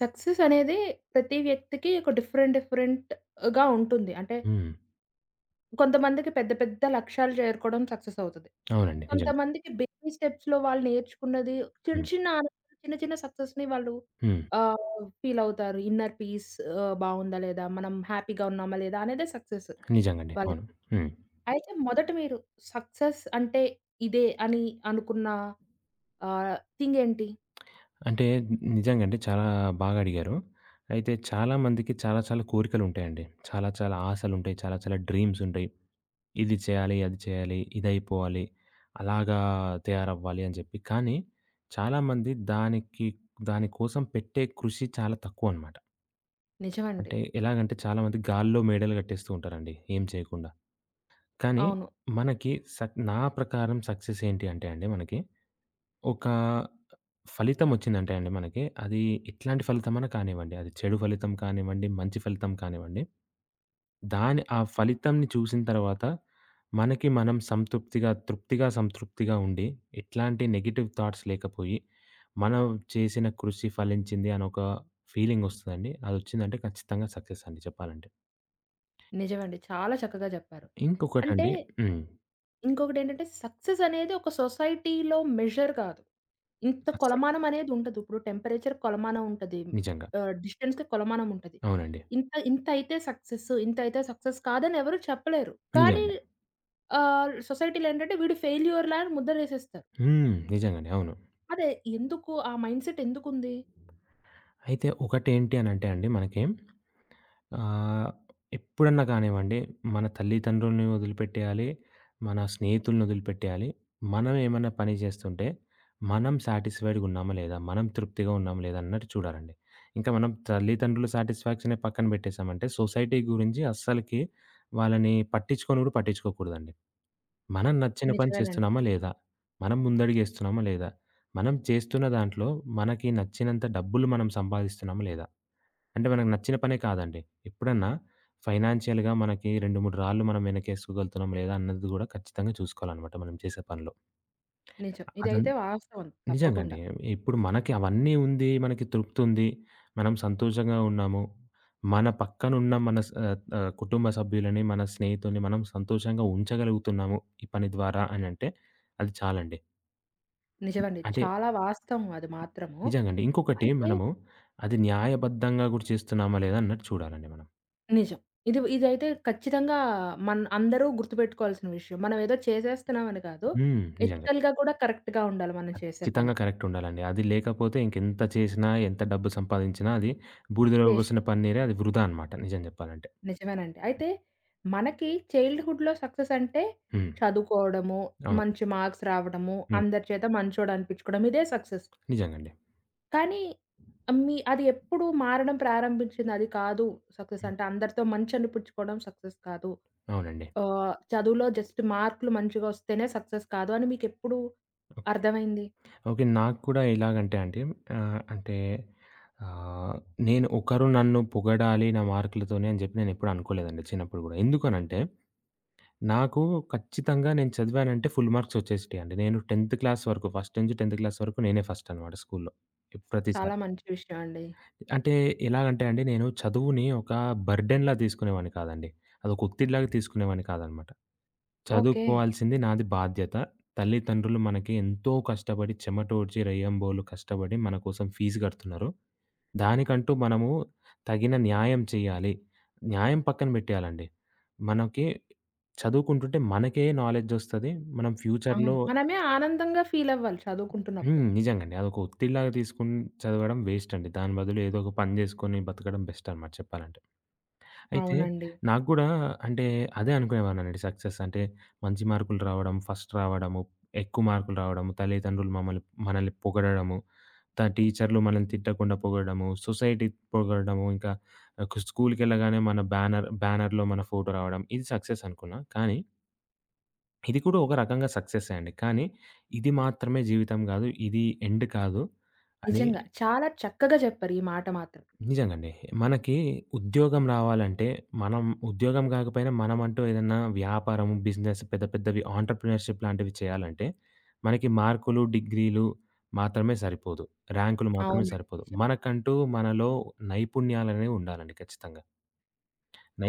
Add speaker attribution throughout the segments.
Speaker 1: Success అనేది ప్రతి వ్యక్తికి ఒక డిఫరెంట్ డిఫరెంట్‌గా ఉంటుంది. అంటే
Speaker 2: హ్మ్.
Speaker 1: కొంతమందికి పెద్ద పెద్ద లక్ష్యాలు చేరుకోవడం సక్సెస్ అవుతది.
Speaker 2: అవునండి. నిజంగా.
Speaker 1: కొంతమందికి బేబీ స్టెప్స్‌లో వాళ్ళు నేర్చుకున్నది చిన్న
Speaker 2: హ్మ్.
Speaker 1: చిన్న ఆనందాలు, చిన్న చిన్న సక్సెస్‌ని వాళ్ళు
Speaker 2: హ్మ్.
Speaker 1: ఫీల్ అవుతారు. ఇన్నర్ పీస్ బావుందా లేదా? మనం హ్యాపీగా ఉన్నామా లేదా? అనేదే సక్సెస్
Speaker 2: నిజంగండి.
Speaker 1: వాళ్ళకి.
Speaker 2: అవును. హ్మ్.
Speaker 1: అయితే మొదట మీరు సక్సెస్ అంటే ఇదే అని అనుకున్న థింగ్ ఏంటి?
Speaker 2: అంటే నిజంగండి చాలా బాగా అడిగారు. అయితే చాలా మందికి చాలా చాలా కోరికలుంటాయండి. చాలా చాలా ఆశలుంటాయి. చాలా చాలా డ్రీమ్స్ ఉంటాయి. ఇది చేయాలి, అది చేయాలి, ఇదైపోవాలి, అలాగా తయారవ్వాలి అని చెప్పి. కానీ చాలామంది దానికి దాని కోసం పెట్టే కృషి చాలా తక్కువనమాట.
Speaker 1: నిజమండి.
Speaker 2: అంటే ఎలాగంటే చాలామంది గాల్లో మేడలు కట్టేస్తూ ఉంటారండి ఏం చేయకుండా. కానీ
Speaker 1: అవును.
Speaker 2: మనకి నా ప్రకారం సక్సెస్ ఏంటి అంటే అండి మనకి ఒక ఫలితమొచ్చిందంటే అండి మనకి, అది ఎట్లాంటి ఫలితమన్నా కానివ్వండి. అది చెడు ఫలితం కానివ్వండి, మంచి ఫలితం కానివ్వండి. దాని ఆ ఫలితంని చూసిన తర్వాత మనకి మనం సంతృప్తిగా, తృప్తిగా, సంతృప్తిగా ఉండి, ఎట్లాంటి నెగెటివ్ థాట్స్ లేకపోయి, మనం చేసిన కృషి ఫలించింది అని ఒక ఫీలింగొస్తదండి. అదొచ్చిందంటే ఖచ్చితంగా సక్సెస్ అండి చెప్పాలంటే.
Speaker 1: నిజమండి. చాలా చక్కగా జెప్పారు. అంటే
Speaker 2: ఇంకొకటండి. హ్మ్.
Speaker 1: ఇంకొకటేంటంటే సక్సెస్ అనేది ఒక సొసైటీలో మెజర్ కాదు. ఇంత
Speaker 2: అస్సలు
Speaker 1: కొలమానం అనేది ఉండదు. ఇప్పుడు టెంపరేచర్ కొలమానం ఉంటది.
Speaker 2: నిజంగా.
Speaker 1: డిస్టెన్స్‌కి కొలమానం ఉంటది.
Speaker 2: అవునండి.
Speaker 1: ఇంత ఇంతైతే సక్సెస్, ఇంతైతే సక్సెస్ కాదని ఎవరు చెప్పలేరు. కానీ
Speaker 2: నిజంగా.
Speaker 1: సొసైటీలో ఏంటంటే వీడు ఫెయిల్యూర్‌లా అని ముద్రేసేస్తారు.
Speaker 2: హ్మ్. నిజంగండి. అవును.
Speaker 1: అదే ఎందుకు ఆ మైండ్‌సెట్ ఎందుకుంది?
Speaker 2: అయితే ఒకటేంటి అనంటే అండి మనకి ఆహ్, ఎప్పుడన్నా కానివ్వండి, మన తల్లిదండ్రులని వదిలిపెట్టేయాలి, మన స్నేహితులని వదిలిపెట్టేయాలి. మనం ఏమన్నా పని జేస్తుంటే, మనం సాటిస్ఫైడ్‌గా ఉన్నామా లేదా? మనం తృప్తిగా ఉన్నామా లేదా? అన్నట్టు చూడాలండి. ఇంకా మనం తల్లిదండ్రుల సాటిస్ఫాక్షనే పక్కన పెట్టేసామంటే, సొసైటీ గురించి అస్సలకి వాళ్ళని పట్టించుకొని గూడా పట్టించుకోకూడదండి. మనం నచ్చిన పని
Speaker 1: నిజమేనండి.
Speaker 2: చేస్తున్నామా లేదా? మనం ముందడుగేస్తున్నామా లేదా? మనం చేస్తున్న దాంట్లో మనకి నచ్చినంత డబ్బులు మనం సంపాదిస్తున్నామా లేదా? అంటే మనకు నచ్చిన పనే కాదండి. ఎప్పుడన్నా ఫైనాన్షియల్‌గా మనకి 2, 3 రాళ్లు మనం వెనకేసుకోగలుగుతున్నాం లేదా అన్నది గూడా ఖచ్చితంగా చూసుకోవాలనమాట మనం చేసే పనిలో.
Speaker 1: నిజం.
Speaker 2: అదన్
Speaker 1: ఇదైతే వాస్తవం
Speaker 2: నిజంగా అండి.
Speaker 1: తప్పకుండా.
Speaker 2: ఇప్పుడు మనకి అవన్నీ ఉంది, మనకి తృప్తుంది, మనం సంతోషంగా ఉన్నాము. మన పక్కనున్న మన కుటుంబ సభ్యులని, మన స్నేహితుల్ని మనం సంతోషంగా ఉంచగలుగుతున్నాము ఈ పని ద్వారా అనంటే అది చాలండి.
Speaker 1: నిజమండి.
Speaker 2: అంటే
Speaker 1: చాలా వాస్తవం అది మాత్రము.
Speaker 2: నిజంగా అండి. ఇంకొకటి
Speaker 1: అయితే
Speaker 2: మనము అది న్యాయబద్ధంగా గూడా చేస్తున్నామా లేదా అన్నట్టు చూడాలండి మనం.
Speaker 1: నిజం. ఇదైతే ఖచ్చితంగా మన అందరూ గుర్తుపెట్టుకోవాల్సిన విషయం. మనం ఏదో చేసేస్తున్నామని కాదు.
Speaker 2: హ్మ్. నిజంగా.
Speaker 1: ఎథికల్‌గా కూడా కరెక్ట్‌గా ఉండాలి మనం చేసే
Speaker 2: ఖచ్చితంగా
Speaker 1: పని.
Speaker 2: కరెక్ట్ ఉండాలండి. అది లేకపోతే ఇంకెంత చేసినా, ఎంత డబ్బు సంపాదించినా అది బూడిదలో
Speaker 1: వేస్టే.
Speaker 2: పోసిన పన్నీరే అది వృధా అనమాట నిజం చెప్పాలంటే.
Speaker 1: నిజమేనండి. అయితే మనకి చైల్డ్‌హుడ్‌లో సక్సెస్ అంటే
Speaker 2: హ్మ్.
Speaker 1: చదువుకోవడము,
Speaker 2: అవునండి.
Speaker 1: మంచి మార్క్స్ రావడము,
Speaker 2: హ్మ్.
Speaker 1: అందరి చేత మంచోడు అనిపించుకోవడం ఇదే సక్సెస్.
Speaker 2: నిజంగండి.
Speaker 1: కానీ మీ అది ఎప్పుడు మారడం ప్రారంభించింది. అది కాదు సక్సెస్
Speaker 2: హ్మ్.
Speaker 1: అంటే అందరితో మంచి అనిపించుకోవడం సక్సెస్ కాదు.
Speaker 2: అవునండి.
Speaker 1: చదువులో జస్ట్ మార్కులు మంచిగా వస్తేనే సక్సెస్ కాదు అని మీకెప్పుడు అర్థమైంది?
Speaker 2: ఓకే. నాకు కూడా ఎలాగంటే అండి అంటే ఆహ్, నేను ఒకరు నన్ను పొగడాలి నా మార్కులతోనే అని చెప్పి నేనెప్పుడు అనుకోలేదండి చిన్నప్పుడు గూడా. ఎందుకనంటే నాకు ఖచ్చితంగా నేను చదివానంటే ఫుల్ మార్క్స్ వచ్చేసేటియండి. నేను 10థ్ క్లాస్ వరకు ఫస్ట్ నుంచి 10థ్ క్లాస్ వరకు నేనే ఫస్ట్ అనమాట స్కూల్‌లో. ప్రతిసారి.
Speaker 1: చాలా మంచి విషయం అండి.
Speaker 2: అంటే ఎలాగంటే అండి, నేను చదువుని ఒక బర్డెన్‌లా తీసుకునేవాడిని కాదండి. అదొక ఒత్తిడిలాగా తీసుకునేవాడిని కాదనమాట.
Speaker 1: ఓకే.
Speaker 2: చదువుకోవాల్సింది నాది బాధ్యత. తల్లిదండ్రులు మనకి ఎంతో కష్టపడి చెమటోడ్చి, రేయింబోలు కష్టపడి మన కోసం ఫీజు కడుతున్నారు. దానికంటూ మనము తగిన న్యాయం చేయాలి. న్యాయం పక్కన పెట్టేయాలండి. మనకి చదువుకుంటుంటే మనకే నాలెడ్జ్ ఒస్తది. మనం ఫ్యూచర్‌లో
Speaker 1: అవును. మనమే ఆనందంగా ఫీల్ అవ్వాలి చదువుకుంటున్నప్పుడు.
Speaker 2: హ్మ్. నిజంగండి. అదొక ఒత్తిడిలాగా తీసుకొని చదవడం వేస్ట్ అండి. దాని బదులు ఏదో ఒక పని జేసుకొని బతకడం బెస్ట్ అనమాట చెప్పాలంటే. అయితే
Speaker 1: అవునండి.
Speaker 2: నాకు గూడా అంటే అదే అనుకునేవాడినండి సక్సెస్ అంటే మంచి మార్కులు రావడం, ఫస్ట్ రావడము, ఎక్కువ మార్కులు రావడము, తల్లిదండ్రులు మమ్మల్ని మనల్ని పొగడము, టీచర్లు మనల్ని తిట్టకుండా పొగడము, సొసైటీ పొగడము, ఇంకా ఒక స్కూలుకెళ్ళగానే మన బ్యానర్‌లో మన ఫోటో రావడం ఇది సక్సెస్ అనుకున్నా. కానీ ఇది కూడా ఒక రకంగా సక్సెస్సే అండి. కానీ ఇది మాత్రమే జీవితం గాదు. ఇది ఎండ్ కాదు అని
Speaker 1: నిజంగా. చాలా చక్కగా చెప్పారు ఈ మాట మాత్రం.
Speaker 2: నిజంగండి. మనకి ఉద్యోగం రావాలంటే, మనం ఉద్యోగం గాకపోయినా మనమంటూ ఏదన్నా వ్యాపారం, బిజినెస్ పెద్ద పెద్దవి ఆంటర్‌ప్రెన్యూర్‌షిప్ లాంటివి చేయాలంటే, మనకి మార్కులు, డిగ్రీలు మాత్రమే సరిపోదు. ర్యాంకులు మాత్రమే
Speaker 1: అవునండి.
Speaker 2: సరిపోదు.
Speaker 1: నిజమే.
Speaker 2: మనకంటూ మనలో నైపుణ్యాలనేవి ఉండాలండి ఖచ్చితంగా.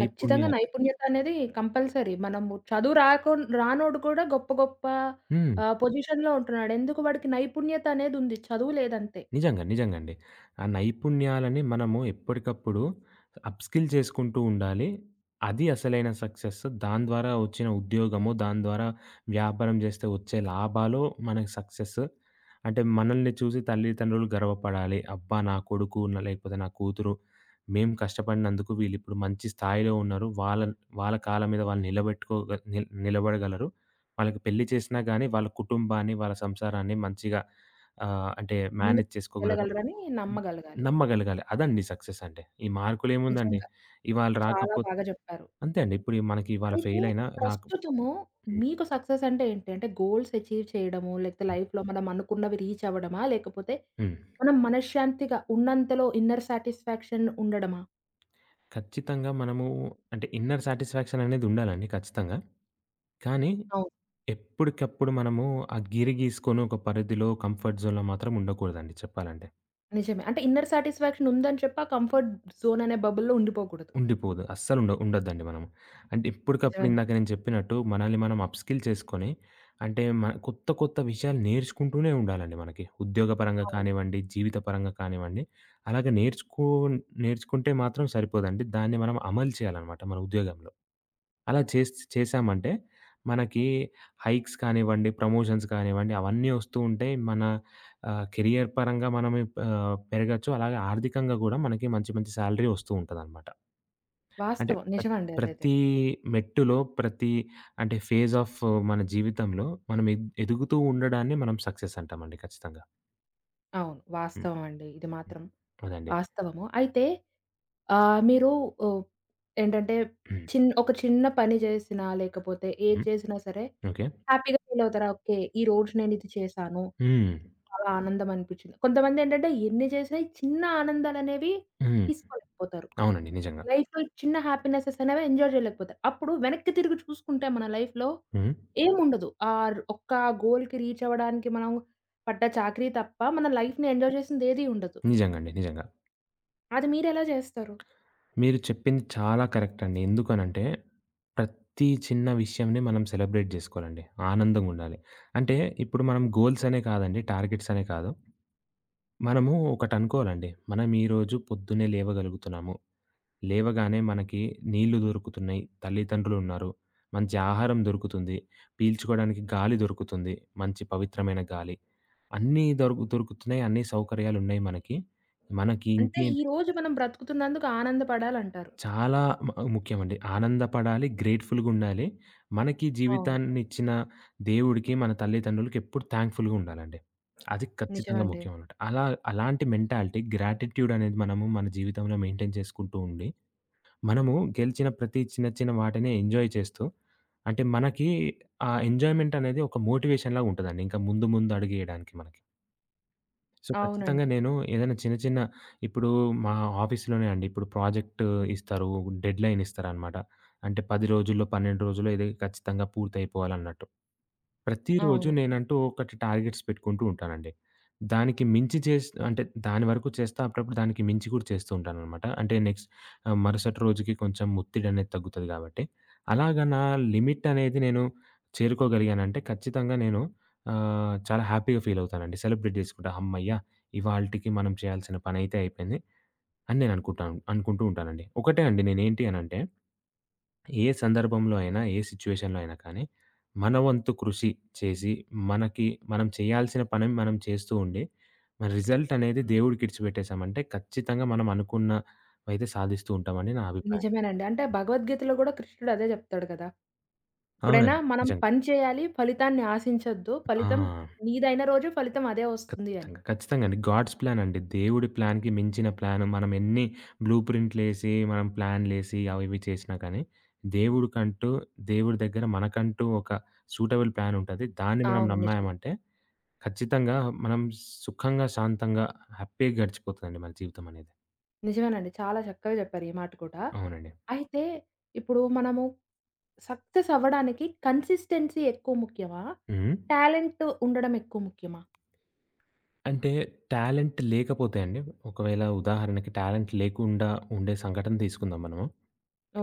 Speaker 1: ఖచ్చితంగా నైపుణ్యత అనేది కంపల్సరీ. మనము చదువు రానోడు కూడా గొప్ప గొప్ప
Speaker 2: హ్మ్.
Speaker 1: పొజిషన్‌లో ఉంటున్నాడు. ఎందుకు వాడికి నైపుణ్యత అనేది ఉంది. చదువు లేదంతే.
Speaker 2: నిజంగా. నిజంగండి. ఆ నైపుణ్యాలని మనము ఎప్పటికప్పుడు అప్‌స్కిల్ చేసుకుంటూ ఉండాలి. అది అసలైన సక్సెస్. దాని ద్వారా వచ్చిన ఉద్యోగము, దాని ద్వారా వ్యాపారం చేస్తే వచ్చే లాభాలు మనకి సక్సెస్. అంటే మనల్ని చూసి తల్లిదండ్రులు గర్వపడాలి. అబ్బా! నా కొడుకు లేకపోతే నా కూతురు మేము కష్టపడినందుకు వీళ్ళిప్పుడు మంచి స్థాయిలో ఉన్నారు. వాళ్ళ వాళ్ళ కాళ్ళ మీద వాళ్ళు నిలబెట్టుకోగ నిల్ నిలబడగలరు. వాళ్ళకి పెళ్లి చేసినా గాని వాళ్ళ కుటుంబాన్ని, వాళ్ళ సంసారాన్ని మంచిగా ఆ! అంటే మేనేజ్ చేసుకోగలరు.
Speaker 1: ముందుకెళ్ళగలరని
Speaker 2: హ్మ్.
Speaker 1: నమ్మగలగాలి.
Speaker 2: నమ్మగలగాలి. అదండి సక్సెస్ అంటే. ఈ మార్కులేముందండి,
Speaker 1: నిజంగా.
Speaker 2: ఇవాళ
Speaker 1: చాలా
Speaker 2: రాకపోతే
Speaker 1: బాగా చెప్పారు.
Speaker 2: అంతే అండి. ఇప్పుడు మనకి ఇవాళ
Speaker 1: అయితే
Speaker 2: ఫెయిల్ అయినా రాక
Speaker 1: ప్రస్తుతము
Speaker 2: హ్మ్.
Speaker 1: మీకు సక్సెస్ అంటే ఏంటి? అంటే గోల్స్ అచీవ్ చేయడము, లేకపోతే
Speaker 2: హ్మ్.
Speaker 1: లైఫ్‌లో మనం అనుకున్నవి రీచ్ అవ్వడమా? లేకపోతే
Speaker 2: హ్మ్.
Speaker 1: మనం మనశ్శాంతిగా ఉన్నంతలో ఇన్నర్ సాటిస్ఫాక్షన్ ఉండడమా?
Speaker 2: ఖచ్చితంగా మనము అంటే ఇన్నర్ సాటిస్ఫాక్షన్ అనేది ఉండాలండి ఖచ్చితంగా. కానీ
Speaker 1: అవును.
Speaker 2: ఎప్పటికప్పుడు మనము ఆ గిరి గీసుకొని ఒక పరిధిలో కంఫర్ట్ జోన్‌లో మాత్రం ఉండకూడదండి చెప్పాలంటే.
Speaker 1: నిజమే. అంటే ఇన్నర్ సాటిస్ఫాక్షన్ ఉందని చెప్పి ఆ కంఫర్ట్ జోన్ అనే బబుల్‌లో ఉండిపోకూడదు.
Speaker 2: ఉండిపోదు. ఉండొద్దండి మనము. అంటే ఎప్పటికప్పుడు
Speaker 1: నిజమేనండి.
Speaker 2: ఇందాక నేను చెప్పినట్టు మనల్ని మనం అప్‌స్కిల్ చేసుకొని అంటే కొత్త కొత్త విషయాలు నేర్చుకుంటూనే ఉండాలండి మనకి. ఉద్యోగపరంగా
Speaker 1: అవును.
Speaker 2: కానివ్వండి, జీవిత పరంగా కానివ్వండి. అలాగే నేర్చుకుంటే మాత్రం సరిపోదండి. దాన్ని మనం అమలు చేయాలనమాట మన ఉద్యోగంలో. అలా చేశామంటే మనకి హైక్స్ కానివ్వండి, ప్రమోషన్స్ కానివ్వండి అవన్నీ వస్తూ ఉంటాయి. మన కెరియర్ పరంగా మనమే పెరగచ్చు. అలాగే ఆర్థికంగా గూడా మనకి మంచి మంచి సాలరీ వస్తూ ఉంటదనమాట. అంటే
Speaker 1: వాస్తవం. నిజమండి అదైతే.
Speaker 2: ప్రతి మెట్టులో, ప్రతి అంటే ఫేజ్ ఆఫ్ మన జీవితంలో మనం ఎదుగుతూ ఉండడాన్ని మనం సక్సెస్ అంటామండి ఖచ్చితంగా.
Speaker 1: అవును.
Speaker 2: హ్మ్.
Speaker 1: వాస్తవం అండి. ఇది
Speaker 2: హ్మ్.
Speaker 1: మాత్రం
Speaker 2: అదండి.
Speaker 1: వాస్తవము. అయితే మీరు ఓహ్, ఏంటంటే
Speaker 2: హ్మ్.
Speaker 1: ఒక చిన్న పని చేసినా, లేకపోతే ఏది
Speaker 2: హ్మ్.
Speaker 1: చేసినా సరే
Speaker 2: ఓకే.
Speaker 1: హ్యాపీగా ఫీలవుతారా? ఓకే. ఈ రోజు నేనిది చేశాను.
Speaker 2: హ్మ్.
Speaker 1: చాలా ఆనందం అనిపిచ్చింది. కొంతమందేంటంటే ఎన్ని చేసినా ఈ చిన్న ఆనందాలనేవి
Speaker 2: హ్మ్.
Speaker 1: తీసుకోలేకపోతారు.
Speaker 2: అవునండి. నిజంగా.
Speaker 1: లైఫ్‌లో ఈ చిన్న హ్యాపీనెసెస్ అనేవి ఎంజాయ్ జేయలేకపోతారు. అప్పుడు వెనక్కి తిరిగి చూసుకుంటే మన లైఫ్‌లో
Speaker 2: హ్మ్.
Speaker 1: ఏముండదు. ఒక్క గోల్‌కి రీచ్ అవ్వడానికి మనం పడ్డ చాకరీ తప్ప మన లైఫ్‌ని ఎంజాయ్ చేసిందేది ఉండదు.
Speaker 2: నిజంగండి. నిజంగా.
Speaker 1: అది మీరెలా చేస్తారు?
Speaker 2: మీరు చెప్పింది చాలా కరెక్ట్ అండి. ఎందుకనంటే ప్రతి చిన్న విషయంని మనం సెలబ్రేట్ జేసుకోవాలండి. ఆనందంగుండాలి. అంటే ఇప్పుడు మనం గోల్స్ అనే కాదండి, టార్గెట్స్ అనే కాదు. మనము ఒకటనుకోవాలండి. మనం ఈరోజు పొద్దున్నే లేవగలుగుతున్నాము. లేవగానే మనకి నీళ్ళు దొరుకుతున్నాయి. తల్లిదండ్రులున్నారు. మంచి ఆహారం దొరుకుతుంది. పీల్చుకోవడానికి గాలి దొరుకుతుంది. మంచి పవిత్రమైన గాలి. అన్నీ దొరుకుతున్నాయి. అన్ని సౌకర్యాలున్నాయి మనకి. మనకి
Speaker 1: అంటే ఈ
Speaker 2: ఇంకేంటి
Speaker 1: రోజు మనం బ్రతుకుతున్నందుకు ఆనందపడాలంటారు.
Speaker 2: చాలా మ ముఖ్యమండి. ఆనందపడాలి. గ్రేట్‌ఫుల్‌గుండాలి. మనకి
Speaker 1: అవును.
Speaker 2: జీవితాన్నిచ్చిన దేవుడికి, మన తల్లిదండ్రులకి ఎప్పుడు థాంక్‌ఫుల్‌గా ఉండాలండి. అది ఖచ్చితంగా
Speaker 1: నిజమండి.
Speaker 2: ముఖ్యం అన్నమాట. అలా అలాంటి మెంటాలిటీ గ్రాటిట్యూడ్ అనేది మనము మన జీవితంలో మెయింటైన్ చేసుకుంటూ ఉండి మనము గెలిచిన ప్రతి చిన్న చిన్న వాటిని ఎంజాయ్ చేస్తూ అంటే మనకి ఆ ఎంజాయ్‌మెంట్ అనేది ఒక మోటివేషన్‌లాగా ఉంటదండి. ఇంకా ముందు ముందు అడుగేయడానికి మనకి. సో, ఖచ్చితంగా
Speaker 1: అవునండి.
Speaker 2: నేను ఏదైనా చిన్న చిన్న ఇప్పుడు మా ఆఫీస్‌లోనే అండి. ఇప్పుడు ప్రాజెక్ట్ ఇస్తారు. డెడ్‌లైన్ ఇస్తారనమాట. అంటే 10 రోజుల్లో, 12 రోజుల్లో ఇది ఖచ్చితంగా పూర్తయిపోవాలన్నట్టు. ప్రతిరోజు
Speaker 1: అవును.
Speaker 2: నేనంటూ ఒకటి టార్గెట్స్ పెట్టుకుంటూ ఉంటానండి. దానికి మించి అంటే దాని వరకు చేస్తా, అప్పుడప్పుడు దానికి మించి కూడా చేస్తూ ఉంటాననమాట. అంటే మరుసటి రోజుకి కొంచెం ఒత్తిడనేది తగ్గుతది గాబట్టి. అలాగా నా లిమిట్ అనేది నేను చేరుకోగలిగానంటే ఖచ్చితంగా నేను చాలా హ్యాపీగా ఫీలవుతానండి. సెలబ్రేట్ జేసుకుంటా. హమ్మయ్య! ఇవాల్టికి మనం చేయాల్సిన పనైతే అయిపోయింది అని నేననుకుంటాను. అనుకుంటూ ఉంటానండి. ఒకటే అండి నేనేంటి అనంటే ఏ సందర్భంలో అయినా, ఏ సిట్యుయేషన్‌లో అయినా కానీ, మన వంతు కృషి చేసి, మనకి మనం చేయాల్సిన పనిని మనం చేస్తూ ఉండి, మన రిజల్ట్ అనేది దేవుడికి ఇడిచిపెట్టేసామంటే, ఖచ్చితంగా మనం అనుకున్నవైతే సాధిస్తూ ఉంటామని నా అభిప్రాయం అండి.
Speaker 1: నిజమేనండి. అంటే భగవద్గీతలో గూడా కృష్ణుడు అదే జెప్తాడు కదా!
Speaker 2: ఆ!
Speaker 1: ఎప్పుడైనా
Speaker 2: అండి.
Speaker 1: మనం
Speaker 2: నిజంగా.
Speaker 1: పని చేయాలి, ఫలితాన్ని ఆశించొద్దు.
Speaker 2: ఆ!
Speaker 1: ఫలితం నీదైన రోజు ఫలితం అదే వస్తుంది అని.
Speaker 2: ఖచ్చితంగా. ఖచ్చితంగా అండి. గాడ్స్ ప్లాన్ అండి. దేవుడి ప్లాన్‌కి మించిన ప్లాన్ మనం ఎన్ని బ్లూ ప్రింట్‌లేసి, మనం ప్లాన్‌లేసి అవి ఇవి చేసినా కానీ, దేవుడికంటూ, దేవుడి దగ్గర మనకంటూ ఒక సూటబుల్ ప్లాన్ ఉంటది. దాన్ని మనం
Speaker 1: అవును. నిజమే.
Speaker 2: నమ్మామంటే ఖచ్చితంగా మనం సుఖంగా, శాంతంగా, హ్యాపీగా గడిచిపోతదండి మన జీవితం అనేది.
Speaker 1: నిజమేనండి. చాలా చక్కగా జెప్పారు ఈ మాట కూడా.
Speaker 2: అవునండి.
Speaker 1: అయితే ఇప్పుడు మనము సక్సెస్ అవ్వడానికి కన్సిస్టెన్సీ ఎక్కువ ముఖ్యమా?
Speaker 2: హ్మ్.
Speaker 1: టాలెంట్ ఉండడం ఎక్కువ ముఖ్యమా?
Speaker 2: అంటే టాలెంట్ లేకపోతే అండి, ఒకవేళ ఉదాహరణకి టాలెంట్ లేకుండా ఉండే సంఘటన తీసుకుందాం మనము.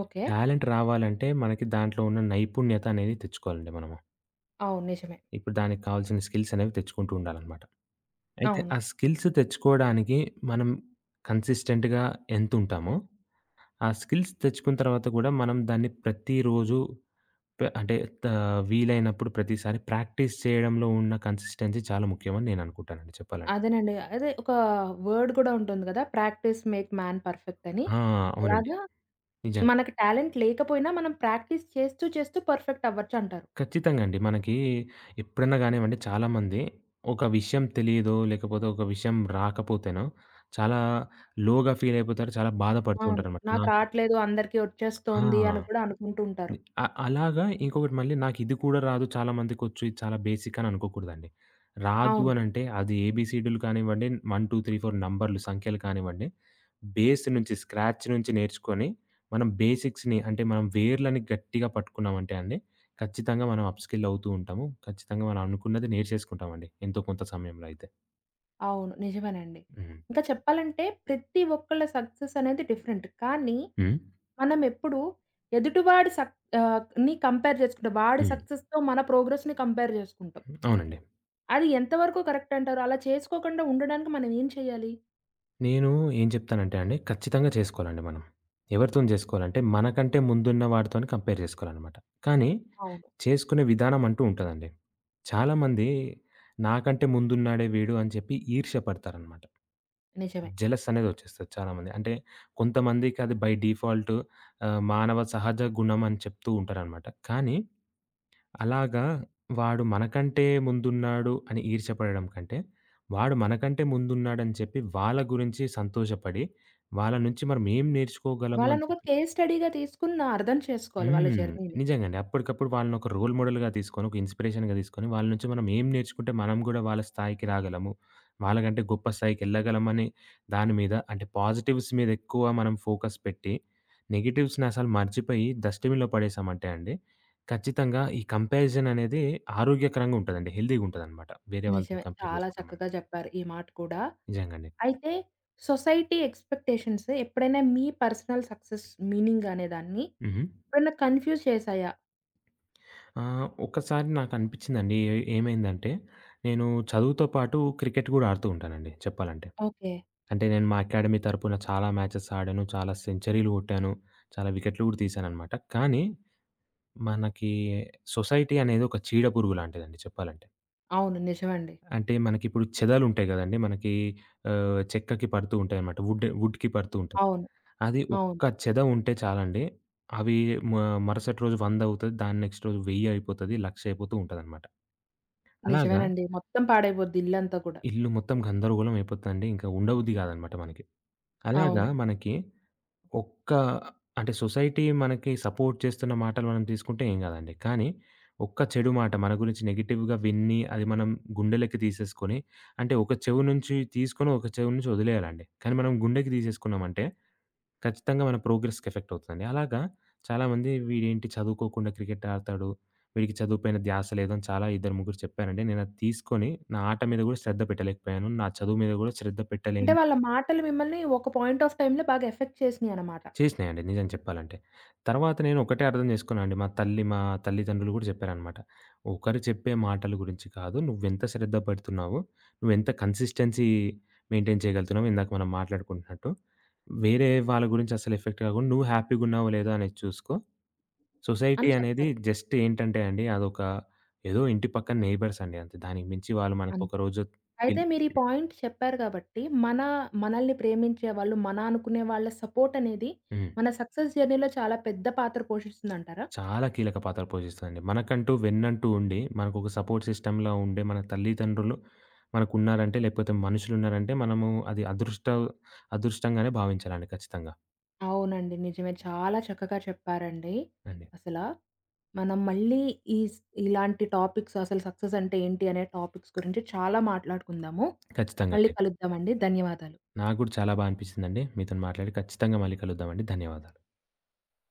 Speaker 1: ఓకే.
Speaker 2: టాలెంట్ రావాలంటే మనకి దాంట్లో ఉన్న నైపుణ్యత అనేది తెచ్చుకోవాలండి మనము.
Speaker 1: అవును. నిజమే.
Speaker 2: ఇప్పుడు దానికి కావాల్సిన స్కిల్స్ అనేవి తెచ్చుకుంటూ ఉండాలనమాట. అయితే
Speaker 1: అవును.
Speaker 2: ఆ స్కిల్స్ తెచ్చుకోవడానికి మనం కన్సిస్టెంట్‌గా ఎంతుంటామో, ఆ స్కిల్స్ తెచ్చుకున్న తర్వాత కూడా మనం దాన్ని ప్రతిరోజు పె అంటే త వీలైనప్పుడు ప్రతిసారి ప్రాక్టీస్ చేయడంలో ఉన్న కన్సిస్టెన్సీ చాలా ముఖ్యమని నేననుకుంటానండి చెప్పాలంటే.
Speaker 1: అదేనండి. అదే ఒక వర్డ్ గూడా ఉంటుంది గదా! ప్రాక్టీస్ మేక్ మ్యాన్ పర్ఫెక్ట్ అని.
Speaker 2: ఆ! అవునండి.
Speaker 1: అలాగా
Speaker 2: నిజంగా.
Speaker 1: మనకి టాలెంట్ లేకపోయినా మనం ప్రాక్టీస్ చేస్తూ, చేస్తూ పర్ఫెక్ట్ అవ్వచ్చంటారు.
Speaker 2: ఖచ్చితంగా అండి. మనకి ఎప్పుడన్నా గానివ్వండి చాలామంది ఒక విషయం తెలీదో, లేకపోతే ఒక విషయం రాకపోతేనో చాలా లోగా ఫీల్ అయిపోతారు. చాలా బాధపడుతూ
Speaker 1: అవును.
Speaker 2: ఉంటారనమాట.
Speaker 1: నాకు
Speaker 2: నాకు
Speaker 1: రాట్లేదు, అందరికీ వచ్చేస్తోంది
Speaker 2: ఆ!
Speaker 1: అని కూడా అనుకుంటూ ఉంటారు.
Speaker 2: అలాగా ఇంకొకటి మళ్ళీ నాకిది కూడా రాదు చాలా మందికొచ్చు, ఇది చాలా బేసిక్ అని అనుకోకూడదండి. రాదు
Speaker 1: అవును.
Speaker 2: అనంటే అది ఏబీసీడీలు కానివ్వండి, 1, 2, 3, 4 నంబర్లు సంఖ్యలు కానివ్వండి, బేస్ నుంచి స్క్రాచ్ నుంచి నేర్చుకొని, మనం బేసిక్స్‌ని అంటే మనం వేర్లని గట్టిగా పట్టుకున్నామంటే అండి, ఖచ్చితంగా మనం అప్‌స్కిల్ అవుతూ ఉంటాము. ఖచ్చితంగా మనం అనుకున్నది నేర్చేసుకుంటామండి ఎంతో కొంత సమయంలో అయితే.
Speaker 1: అవును. నిజమేనండి.
Speaker 2: హ్మ్.
Speaker 1: ఇంకా చెప్పాలంటే ప్రతి ఒక్కళ్ళ సక్సెస్ అనేది డిఫరెంట్. కానీ
Speaker 2: హ్మ్.
Speaker 1: మనం ఎప్పుడు ఎదుటివాడి ని కంపేర్ చేసుకుంటాం. వాడి
Speaker 2: హ్మ్.
Speaker 1: సక్సెస్‌తో మన ప్రోగ్రెస్‌ని కంపేర్ చేసుకుంటాం.
Speaker 2: అవునండి.
Speaker 1: అది ఎంతవరకు కరెక్ట్ అంటారు? అలా చేసుకోకుండా ఉండడానికి మనం ఏం చేయాలి?
Speaker 2: నేను ఏం చెప్తానంటే అండి, ఖచ్చితంగా చేసుకోవాలండి మనం. ఎవరితోని చేసుకోవాలంటే, మనకంటే ముందున్న వాడితోని కంపేర్ చేసుకోవాలనమాట. కానీ,
Speaker 1: అవును.
Speaker 2: చేసుకునే విధానం అంటూ ఉంటదండి. చాలామంది నాకంటే ముందున్నాడే వీడు అని చెప్పి ఈర్ష్య పడతారనమాట.
Speaker 1: నిజమే.
Speaker 2: జెలస్ అనేదొచ్చేస్తది చాలామంది. అంటే, కొంతమందికి అది బై డిఫాల్ట్ మానవ సహజ గుణం అని చెప్తూ ఉంటారనమాట. కానీ అలాగా వాడు మనకంటే ముందున్నాడు అని ఈర్ష్యపడడం కంటే, వాడు మనకంటే ముందున్నాడని చెప్పి వాళ్ళ గురించి సంతోషపడి, వాళ్ళ నుంచి మనం ఏం నేర్చుకోగలము అని
Speaker 1: వాళ్ళనొక
Speaker 2: చెప్పి
Speaker 1: కేస్ స్టడీగా తీసుకుని నా అర్థం చేసుకోవాలి వాళ్ళ
Speaker 2: హ్మ్.
Speaker 1: జర్నీని.
Speaker 2: నిజంగండి. అప్పటికప్పుడు వాళ్ళనొక రోల్ మోడల్‌గా తీసుకొని, ఒక ఇన్‌స్పిరేషన్‌గా తీసుకొని, వాళ్ళ నుంచి మనం ఏం నేర్చుకుంటే మనం గూడా వాళ్ళ స్థాయికి రాగలము. వాళ్ళకంటే గొప్ప స్థాయికెళ్ళగలమని దాని మీద అంటే పాజిటివ్స్ మీద ఎక్కువ మనం ఫోకస్ పెట్టి, నెగెటివ్స్‌ని అసలు మర్చిపోయి డస్ట్‌బిన్‌లో పడేసామంటే అండి, ఖచ్చితంగా ఈ కంపారిజన్ అనేది ఆరోగ్యకరంగా ఉంటదండి. హెల్తీగుంటదనమాట. వేరే వాళ్ళతో
Speaker 1: నిజమే.
Speaker 2: కంపేర్
Speaker 1: చాలా
Speaker 2: చేసుకోవడం మనం.
Speaker 1: చక్కగా చెప్పారు ఈ మాట కూడా.
Speaker 2: నిజంగండి.
Speaker 1: అయితే సొసైటీ ఎక్స్‌పెక్టేషన్స్ ఎప్పుడైనా మీ పర్సనల్ సక్సెస్ మీనింగ్ అనే దాన్ని
Speaker 2: హుహు.
Speaker 1: ఎప్పుడైనా కన్‌ఫ్యూజ్ చేశాయా?
Speaker 2: ఆ! ఒక్కసారి నాకనిపిచ్చిందండి. ఏమైందంటే, నేను చదువుతో పాటు క్రికెట్ గూడా ఆడుతూ ఉంటానండి చెప్పాలంటే.
Speaker 1: ఓకే.
Speaker 2: అంటే నేను మా అకాడమీ తరపున చాలా మ్యాచెస్ ఆడాను. చాలా సెంచరీలు గొట్టాను. చాలా వికెట్లు గూడా తీశాననమాట. కానీ మనకి సొసైటీ అనేది ఒక చీడ పురుగు లాంటిదండి చెప్పాలంటే.
Speaker 1: అవును. నిజమండి.
Speaker 2: అంటే మనకిప్పుడు చెదలుంటాయి గదండీ! మనకి చెక్కకి పడుతూ ఉంటాయనమాట. వుడ్‌కి పడుతూ ఉంటది.
Speaker 1: అవును.
Speaker 2: అది
Speaker 1: అవును.
Speaker 2: ఒక్క చెద ఉంటే చాలండి. అవి మ మరుసటి రోజు 100 అవుతది. దాని నెక్స్ట్ రోజు 1000 అయిపోతది. 1,00,000 అయిపోతూ ఉంటదనమాట. అలాగా
Speaker 1: నిజమేనండి. మొత్తం పాడైపోద్ది ఇల్లంతా కూడా.
Speaker 2: ఇల్లు మొత్తం గందరగోళం అయిపోతుందండి. ఇంకా ఉండబుద్ధి కాదనమాట మనకి. అలాగా
Speaker 1: అవును.
Speaker 2: మనకి ఒక్క అంటే సొసైటీ మనకి సపోర్ట్ చేస్తున్న మాటలు మనం తీసుకుంటే ఏం కాదండి. కానీ ఒక్క చెడు మాట మన గురించి నెగెటివ్‌గా విని అది మనం గుండెలకి తీసేసుకొని అంటే ఒక చెవి నుంచి తీసుకొని ఒక చెవి నుంచి వదిలేయాలండి. కానీ మనం గుండెకి తీసేసుకున్నామంటే ఖచ్చితంగా మన ప్రోగ్రెస్‌కి ఎఫెక్ట్ అవుతదండి. అలాగా చాలామంది వీడేంటి చదువుకోకుండా క్రికెట్ ఆడతాడు. వీడికి చదువుపైన ధ్యాస లేదు అని చాలా ఇద్దరు ముగ్గురు చెప్పారండి. నేనది తీసుకొని నా ఆట మీద గూడా శ్రద్ధ పెట్టలేకపోయాను. నా చదువు మీద గూడా శ్రద్ధ
Speaker 1: అంటే
Speaker 2: పెట్టలేని
Speaker 1: వాళ్ళ మాటలు మిమ్మల్ని ఒక పాయింట్ ఆఫ్ టైమ్‌లో బాగా ఎఫెక్ట్ చేసినియన్నమాట
Speaker 2: చేసినాయండి నిజం చెప్పాలంటే. తర్వాత నేను ఒకటే అర్థం చేసుకున్నా అండి. మా తల్లిదండ్రులు గూడా చెప్పారనమాట. ఒకరు చెప్పే మాటల గురించి కాదు. నువ్వెంత శ్రద్ధ పెడుతున్నావు, నువ్వెంత కన్సిస్టెన్సీ మెయింటైన్ చేయగలుగుతున్నావు ఇందాక మనం మాట్లాడుకుంటున్నట్టు. వేరే వాళ్ళ గురించి అసలు ఎఫెక్ట్ కాకుండా నువ్వు హ్యాపీ‌గున్నావో లేదో అనేది చూసుకో. సొసైటీ
Speaker 1: అని
Speaker 2: అనేది
Speaker 1: చెప్పారు.
Speaker 2: జస్ట్ ఏంటంటే అండి అదొక ఏదో ఇంటి పక్కన నెయిబర్స్ అండి అంతే. దానికి మించి వాళ్ళు మనకు
Speaker 1: అంతే.
Speaker 2: ఒకరోజు
Speaker 1: అయితే
Speaker 2: పిల్
Speaker 1: మీరు ఈ పాయింట్ చెప్పారు కాబట్టి మనల్ని ప్రేమించే వాళ్ళు, మన అనుకునే వాళ్ళ సపోర్ట్ అనేది
Speaker 2: హ్మ్.
Speaker 1: మన సక్సెస్ జర్నీలో చాలా పెద్ద పాత్ర పోషిస్తుందంటారా?
Speaker 2: చాలా కీలక పాత్ర పోషిస్తదండి. మనకంటూ వెన్నంటూ ఉండి, మనకొక సపోర్ట్ సిస్టమ్‌లా ఉండే మన తల్లిదండ్రులు మనకున్నారంటే లేకపోతే మనుషులున్నారంటే మనము అది అదృష్టంగానే భావించాలండి ఖచ్చితంగా.
Speaker 1: అవునండి. నిజమే. చాలా చక్కగా చెప్పారండి
Speaker 2: అండి.
Speaker 1: అసలా. మనం మళ్ళీ ఈ స్ ఇలాంటి టాపిక్స్ అసలు సక్సెస్ అంటే ఏంటి అనే టాపిక్స్ గురించి చాలా మాట్లాడుకుందాము.
Speaker 2: ఖచ్చితంగా
Speaker 1: మళ్ళీ
Speaker 2: అండి.
Speaker 1: కలుద్దామండి. ధన్యవాదాలు.
Speaker 2: నాకు కూడా చాలా అనిపిచ్చిందండి. మీతోని మాట్లాడి ఖచ్చితంగా మళ్ళీ కలుద్దామండి. ధన్యవాదాలు.